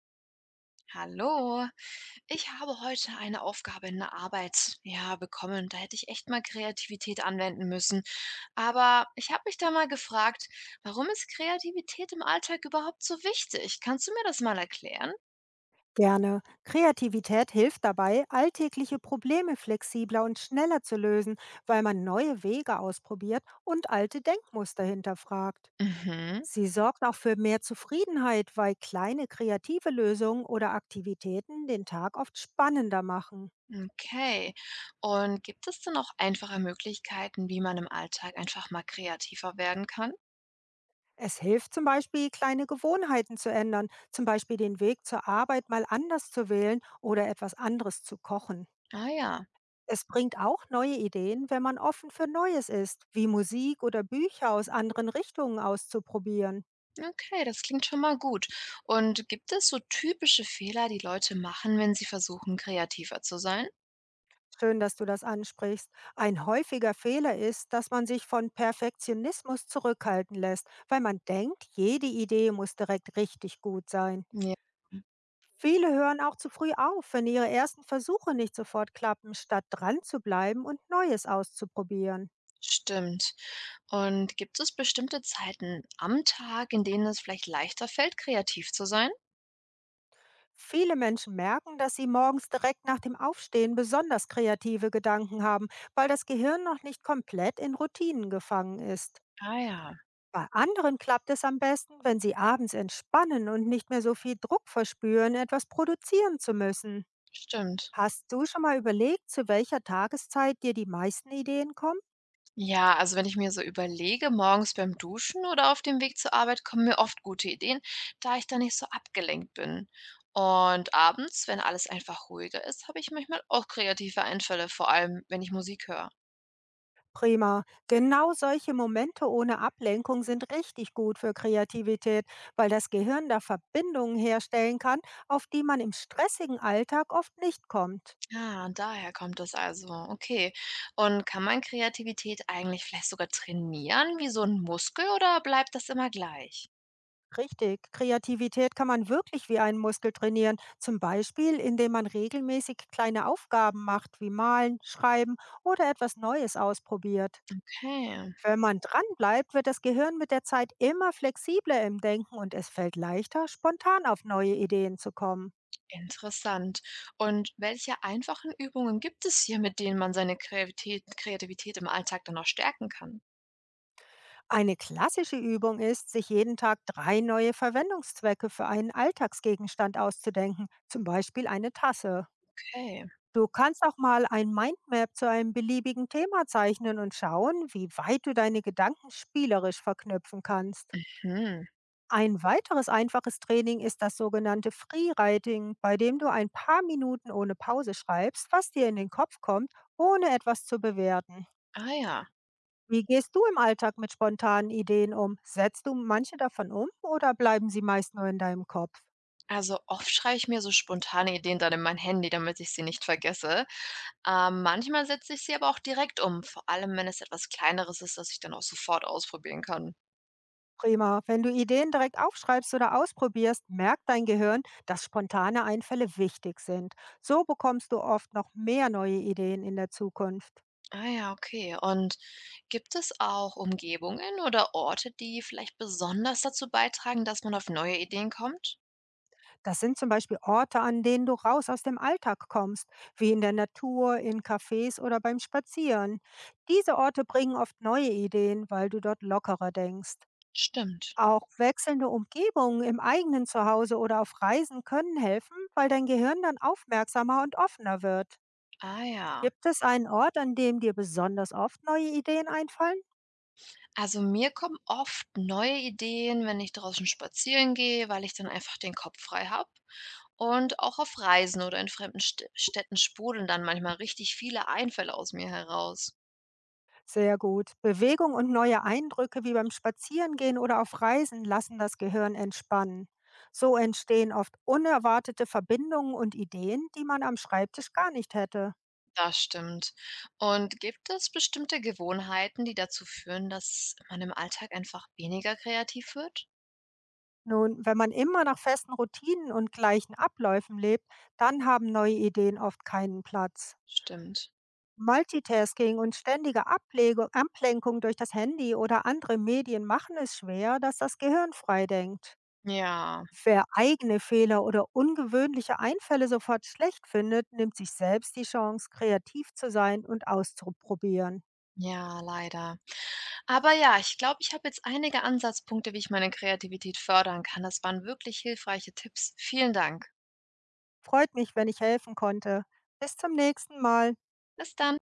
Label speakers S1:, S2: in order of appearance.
S1: Hallo, ich habe heute eine Aufgabe in der Arbeit, ja, bekommen. Da hätte ich echt mal Kreativität anwenden müssen. Aber ich habe mich da mal gefragt, warum ist Kreativität im Alltag überhaupt so wichtig? Kannst du mir das mal erklären?
S2: Gerne. Kreativität hilft dabei, alltägliche Probleme flexibler und schneller zu lösen, weil man neue Wege ausprobiert und alte Denkmuster hinterfragt.
S1: Mhm,
S2: Sie sorgt auch für mehr Zufriedenheit, weil kleine kreative Lösungen oder Aktivitäten den Tag oft spannender machen.
S1: okay. Und gibt es denn auch einfache Möglichkeiten, wie man im Alltag einfach mal kreativer werden kann?
S2: Es hilft zum Beispiel, kleine Gewohnheiten zu ändern, zum Beispiel den Weg zur Arbeit mal anders zu wählen oder etwas anderes zu kochen.
S1: Ah ja,
S2: Es bringt auch neue Ideen, wenn man offen für Neues ist, wie Musik oder Bücher aus anderen Richtungen auszuprobieren.
S1: okay, das klingt schon mal gut. Und gibt es so typische Fehler, die Leute machen, wenn sie versuchen, kreativer zu sein?
S2: Schön, dass du das ansprichst. Ein häufiger Fehler ist, dass man sich von Perfektionismus zurückhalten lässt, weil man denkt, jede Idee muss direkt richtig gut sein.
S1: Ja,
S2: Viele hören auch zu früh auf, wenn ihre ersten Versuche nicht sofort klappen, statt dran zu bleiben und Neues auszuprobieren.
S1: stimmt. Und gibt es bestimmte Zeiten am Tag, in denen es vielleicht leichter fällt, kreativ zu sein?
S2: Viele Menschen merken, dass sie morgens direkt nach dem Aufstehen besonders kreative Gedanken haben, weil das Gehirn noch nicht komplett in Routinen gefangen ist.
S1: Ah ja,
S2: Bei anderen klappt es am besten, wenn sie abends entspannen und nicht mehr so viel Druck verspüren, etwas produzieren zu müssen.
S1: stimmt.
S2: Hast du schon mal überlegt, zu welcher Tageszeit dir die meisten Ideen kommen?
S1: Ja, also wenn ich mir so überlege, morgens beim Duschen oder auf dem Weg zur Arbeit kommen mir oft gute Ideen, da ich da nicht so abgelenkt bin. Und abends, wenn alles einfach ruhiger ist, habe ich manchmal auch kreative Einfälle, vor allem wenn ich Musik höre.
S2: Prima. Genau solche Momente ohne Ablenkung sind richtig gut für Kreativität, weil das Gehirn da Verbindungen herstellen kann, auf die man im stressigen Alltag oft nicht kommt.
S1: Ja, und daher kommt das also. Okay. Und kann man Kreativität eigentlich vielleicht sogar trainieren, wie so ein Muskel, oder bleibt das immer gleich?
S2: Richtig, Kreativität kann man wirklich wie einen Muskel trainieren, zum Beispiel indem man regelmäßig kleine Aufgaben macht, wie malen, schreiben oder etwas Neues ausprobiert.
S1: Okay,
S2: Wenn man dranbleibt, wird das Gehirn mit der Zeit immer flexibler im Denken und es fällt leichter, spontan auf neue Ideen zu kommen.
S1: interessant. Und welche einfachen Übungen gibt es hier, mit denen man seine Kreativität im Alltag dann auch stärken kann?
S2: Eine klassische Übung ist, sich jeden Tag drei neue Verwendungszwecke für einen Alltagsgegenstand auszudenken, zum Beispiel eine Tasse.
S1: Okay.
S2: Du kannst auch mal ein Mindmap zu einem beliebigen Thema zeichnen und schauen, wie weit du deine Gedanken spielerisch verknüpfen kannst.
S1: Hm.
S2: Ein weiteres einfaches Training ist das sogenannte Freewriting, bei dem du ein paar Minuten ohne Pause schreibst, was dir in den Kopf kommt, ohne etwas zu bewerten.
S1: Ah ja.
S2: Wie gehst du im Alltag mit spontanen Ideen um? Setzt du manche davon um oder bleiben sie meist nur in deinem Kopf?
S1: Also, oft schreibe ich mir so spontane Ideen dann in mein Handy, damit ich sie nicht vergesse. Manchmal setze ich sie aber auch direkt um, vor allem wenn es etwas Kleineres ist, das ich dann auch sofort ausprobieren kann.
S2: Prima. Wenn du Ideen direkt aufschreibst oder ausprobierst, merkt dein Gehirn, dass spontane Einfälle wichtig sind. So bekommst du oft noch mehr neue Ideen in der Zukunft.
S1: Ah ja, okay. Und gibt es auch Umgebungen oder Orte, die vielleicht besonders dazu beitragen, dass man auf neue Ideen kommt?
S2: Das sind zum Beispiel Orte, an denen du raus aus dem Alltag kommst, wie in der Natur, in Cafés oder beim Spazieren. Diese Orte bringen oft neue Ideen, weil du dort lockerer denkst.
S1: Stimmt.
S2: Auch wechselnde Umgebungen im eigenen Zuhause oder auf Reisen können helfen, weil dein Gehirn dann aufmerksamer und offener wird.
S1: Ah ja.
S2: Gibt es einen Ort, an dem dir besonders oft neue Ideen einfallen?
S1: Also mir kommen oft neue Ideen, wenn ich draußen spazieren gehe, weil ich dann einfach den Kopf frei habe. Und auch auf Reisen oder in fremden St Städten sprudeln dann manchmal richtig viele Einfälle aus mir heraus.
S2: Sehr gut. Bewegung und neue Eindrücke wie beim Spazierengehen oder auf Reisen lassen das Gehirn entspannen. So entstehen oft unerwartete Verbindungen und Ideen, die man am Schreibtisch gar nicht hätte.
S1: Das stimmt. Und gibt es bestimmte Gewohnheiten, die dazu führen, dass man im Alltag einfach weniger kreativ wird?
S2: Nun, wenn man immer nach festen Routinen und gleichen Abläufen lebt, dann haben neue Ideen oft keinen Platz.
S1: Stimmt.
S2: Multitasking und ständige Ablenkung durch das Handy oder andere Medien machen es schwer, dass das Gehirn frei denkt.
S1: Ja,
S2: Wer eigene Fehler oder ungewöhnliche Einfälle sofort schlecht findet, nimmt sich selbst die Chance, kreativ zu sein und auszuprobieren.
S1: ja, leider. Aber ja, ich glaube, ich habe jetzt einige Ansatzpunkte, wie ich meine Kreativität fördern kann. Das waren wirklich hilfreiche Tipps. Vielen Dank.
S2: Freut mich, wenn ich helfen konnte. Bis zum nächsten Mal.
S1: Bis dann.